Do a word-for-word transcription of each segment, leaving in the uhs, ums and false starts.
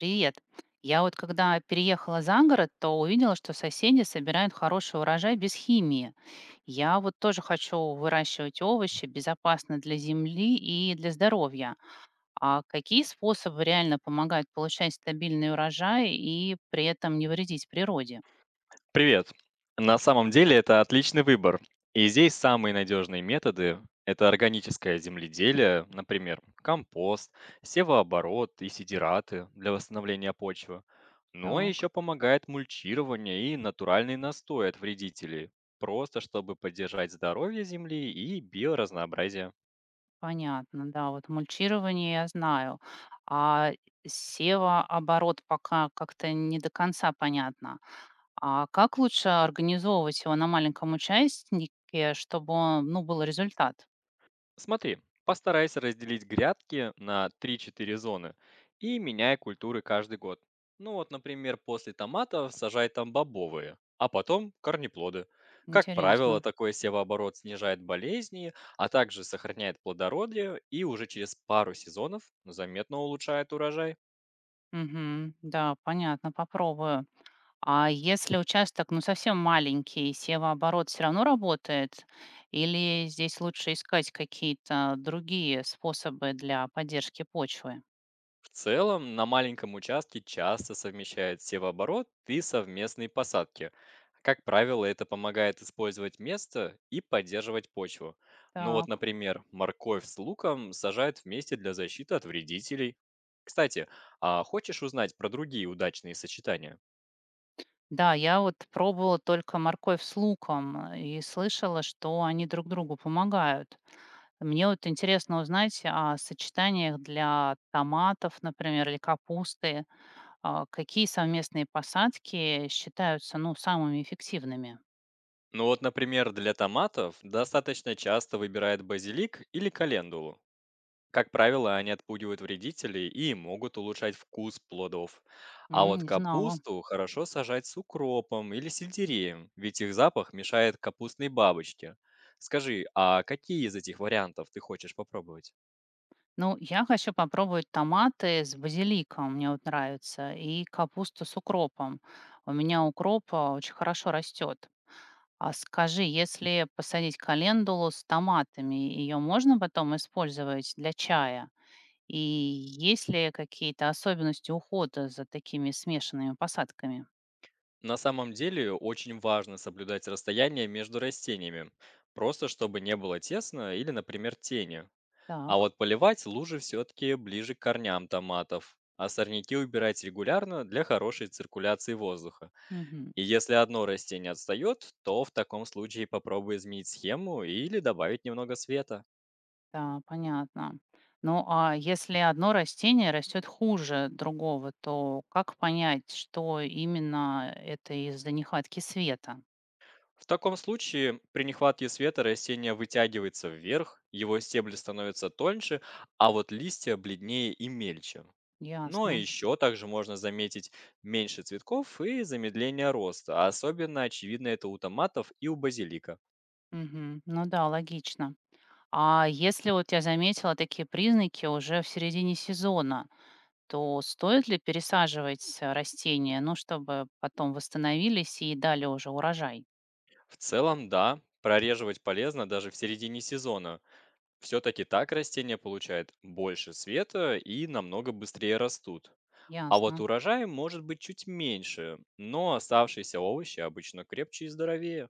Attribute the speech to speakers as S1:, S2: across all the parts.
S1: Привет. Я вот когда переехала за город, то увидела, что соседи собирают хороший урожай без химии. Я вот тоже хочу выращивать овощи безопасно для земли и для здоровья. А какие способы реально помогают получать стабильный урожай и при этом не вредить природе?
S2: Привет. На самом деле это отличный выбор. И здесь самые надежные методы– это органическое земледелие, например, компост, севооборот и сидираты для восстановления почвы. Ну а еще
S1: Так,
S2: помогает мульчирование и натуральный настой от вредителей, просто чтобы поддержать здоровье земли и биоразнообразие.
S1: понятно, да, вот мульчирование я знаю. А севооборот пока как-то не до конца понятно. А как лучше организовывать его на маленьком участнике, чтобы он, ну, был результат?
S2: Смотри, постарайся разделить грядки на три-четыре зоны и меняй культуры каждый год. Ну вот, например, после томатов сажай там бобовые, а потом корнеплоды. Как правило,
S1: Интересно.
S2: такой севооборот снижает болезни, а также сохраняет плодородие и уже через пару сезонов заметно улучшает урожай.
S1: Мгм. Да, понятно, попробую. А если участок, ну, совсем маленький, севооборот все равно работает? Или здесь лучше искать какие-то другие способы для поддержки почвы?
S2: В целом, на маленьком участке часто совмещают севооборот и совместные посадки. Как правило, это помогает использовать место и поддерживать почву. Ну вот,
S1: Так.
S2: например, морковь с луком сажают вместе для защиты от вредителей. Кстати, а хочешь узнать про другие удачные сочетания?
S1: Да, я вот пробовала только морковь с луком э, и слышала, что они друг другу помогают. Мне вот интересно узнать о сочетаниях для томатов, например, или капусты. А, какие совместные посадки считаются, ну, самыми эффективными?
S2: Ну вот, например, для томатов достаточно часто выбирают базилик или календулу. Как правило, они отпугивают вредителей и могут улучшать вкус плодов. А
S1: М,
S2: вот
S1: не знала.
S2: капусту хорошо сажать с укропом или сельдереем, ведь их запах мешает капустной бабочке. Скажи, а какие из этих вариантов ты хочешь попробовать?
S1: Ну, я хочу попробовать томаты с базиликом, мне вот нравится, и капусту с укропом. У меня укроп а, очень хорошо растет. А скажи, если посадить календулу с томатами, ее можно потом использовать для чая? И есть ли какие-то особенности ухода за такими смешанными посадками?
S2: На самом деле очень важно соблюдать расстояние между растениями, просто чтобы не было тесно или, например, тени. А
S1: Так,
S2: вот поливать лужи все-таки ближе к корням томатов, а сорняки убирать регулярно для хорошей циркуляции воздуха.
S1: мгм,
S2: И если одно растение отстает, то в таком случае попробуй изменить схему или добавить немного света.
S1: да, понятно. Ну, а если одно растение растет хуже другого, то как понять, что именно это из-за нехватки света?
S2: В таком случае при нехватке света растение вытягивается вверх, его стебли становятся тоньше, а вот листья бледнее и мельче. Но
S1: Ясно.
S2: еще также можно заметить меньше цветков и замедление роста, а особенно очевидно это у томатов и у базилика.
S1: Мгм. Ну да, логично. А если вот я заметила такие признаки уже в середине сезона, то стоит ли пересаживать э, растения, ну, чтобы потом восстановились и дали уже урожай?
S2: В целом, да, прореживать полезно даже в середине сезона. Все-таки так растения получают больше света и намного быстрее растут. А вот
S1: Ясно.
S2: урожай может быть чуть меньше, но оставшиеся овощи обычно крепче и здоровее.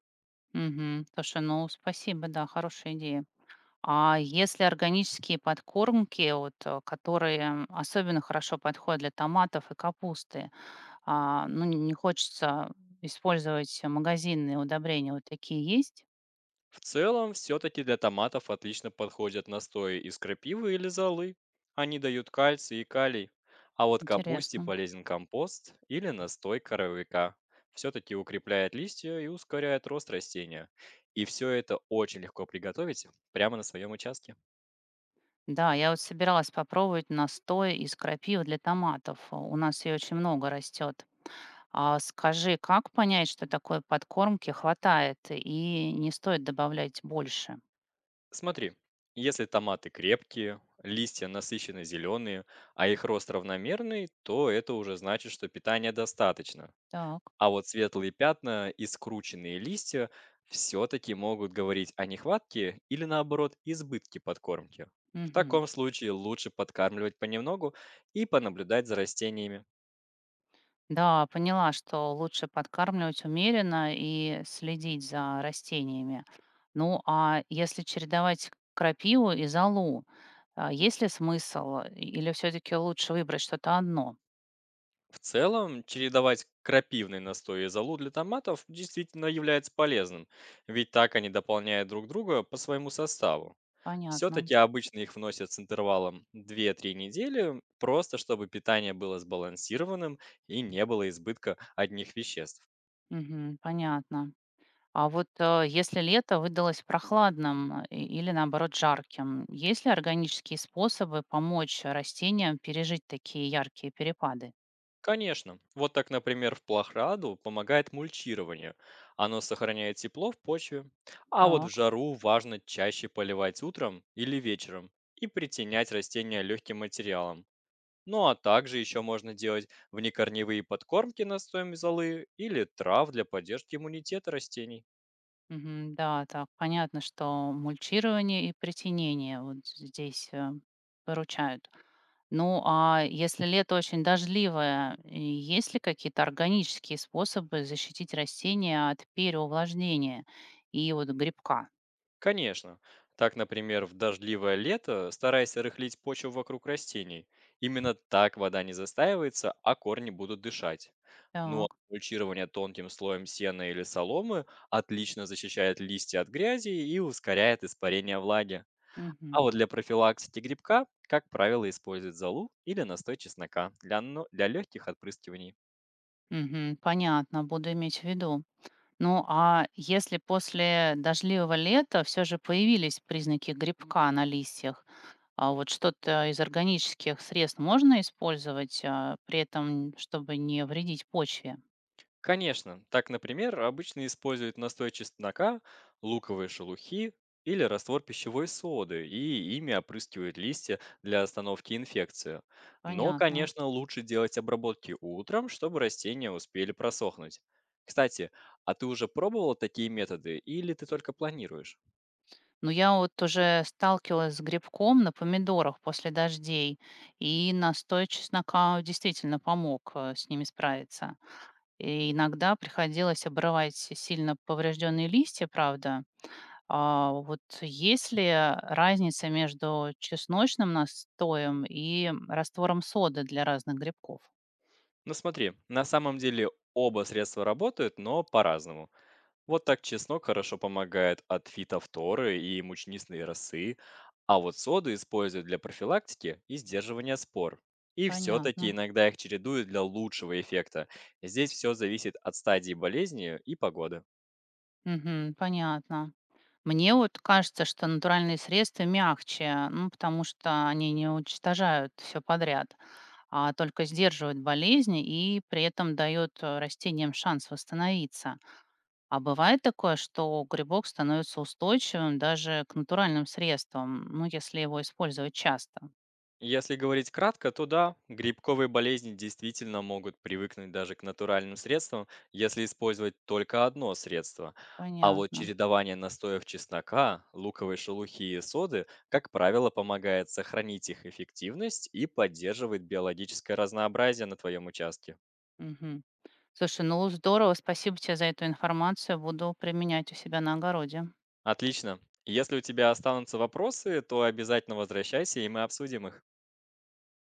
S1: Мгм. Слушай, ну спасибо, да, хорошая идея. А если органические подкормки, вот, э, которые особенно хорошо подходят для томатов и капусты, а, ну не не хочется использовать магазинные удобрения, вот такие есть?
S2: В целом, все-таки для томатов отлично подходят настои из крапивы или золы. Они дают кальций и калий. А вот капусте
S1: Интересно.
S2: полезен компост или настой коровика. Все-таки укрепляет листья и ускоряет рост растения. И все это очень легко приготовить прямо на своем участке.
S1: Да, я вот собиралась попробовать настой из крапивы для томатов. У нас ее очень много растет. А скажи, как понять, что такой подкормки хватает и не стоит добавлять больше?
S2: Смотри, если томаты крепкие, листья насыщенно зеленые, а их рост равномерный, то это уже значит, что питания достаточно.
S1: Так.
S2: А вот светлые пятна и скрученные листья все-таки могут говорить о нехватке или наоборот избытке подкормки. В
S1: Мгм.
S2: таком случае лучше подкармливать понемногу и понаблюдать за растениями.
S1: Да, поняла, что лучше подкармливать умеренно и следить за растениями. Ну, а если чередовать крапиву и золу, а, есть ли смысл э, или все-таки лучше выбрать что-то одно?
S2: В целом, чередовать крапивный настой и золу для томатов действительно является полезным, ведь так они дополняют друг друга по своему составу.
S1: Понятно.
S2: Все-таки обычно их вносят с интервалом две-три недели, просто чтобы питание было сбалансированным и не было избытка одних веществ.
S1: Мгм, понятно. А вот э, если лето выдалось прохладным и- или наоборот жарким, есть ли органические способы помочь растениям пережить такие яркие перепады?
S2: Конечно. Вот так, например, в плахраду помогает мульчирование. Оно сохраняет тепло в почве. А вот в
S1: Так.
S2: жару важно чаще поливать утром или вечером и притенять растения легким материалом. Ну а также еще можно делать внекорневые подкормки настоем золы или трав для поддержки иммунитета растений.
S1: Мгм. Да, так, понятно, что мульчирование и притенение вот здесь э, выручают. Ну, а если лето очень дождливое, и есть ли какие-то органические способы защитить растения от переувлажнения и вот грибка?
S2: Конечно. Так, например, в дождливое лето старайся рыхлить почву вокруг растений. Именно так вода не застаивается, а корни будут дышать. Ну а
S1: Так,
S2: мульчирование тонким слоем сена или соломы отлично защищает листья от грязи и ускоряет испарение влаги. А
S1: мгм.
S2: вот для профилактики грибка, как правило, используют золу или настой чеснока для, но- для легких отпрыскиваний.
S1: Мгм. Понятно, буду иметь в виду. Ну, а если после дождливого лета все же появились признаки грибка на листьях, а вот что-то из органических средств можно использовать, а, при этом, чтобы не вредить почве?
S2: Конечно, так, например, обычно используют настой чеснока, луковые шелухи или раствор пищевой соды, и ими опрыскивают листья для остановки инфекции. Но,
S1: Понятно.
S2: конечно, лучше делать обработки утром, чтобы растения успели просохнуть. Кстати, а ты уже пробовала такие методы или ты только планируешь?
S1: Но я вот уже сталкивалась с грибком на помидорах после дождей, и настой чеснока действительно помог э, с ними справиться. И иногда приходилось обрывать сильно поврежденные листья, правда. А вот есть ли разница между чесночным настоем и раствором соды для разных грибков?
S2: Ну смотри, на самом деле оба средства работают, но по-разному. Вот так чеснок хорошо помогает от фитофторы и мучнисной росы, а вот соду используют для профилактики и сдерживания спор. И все-таки
S1: Понятно.
S2: иногда их чередуют для лучшего эффекта. Здесь все зависит от стадии болезни и погоды.
S1: Мгм. Понятно. Мне вот кажется, что натуральные средства мягче, ну, потому что они не уничтожают все подряд, а только сдерживают болезни и при этом дают э, растениям шанс восстановиться. А бывает такое, что грибок становится устойчивым даже к натуральным средствам, ну, если его использовать часто.
S2: Если говорить кратко, то да, грибковые болезни действительно могут привыкнуть даже к натуральным средствам, если использовать только одно средство. А вот
S1: Понятно.
S2: чередование настоев чеснока, луковой шелухи и соды, как правило, помогает сохранить их эффективность и поддерживает биологическое разнообразие на твоем участке.
S1: Мгм. Слушай, ну здорово, спасибо тебе за эту информацию. Буду применять у себя на огороде.
S2: Отлично. Если у тебя останутся вопросы, то обязательно возвращайся, и мы обсудим их.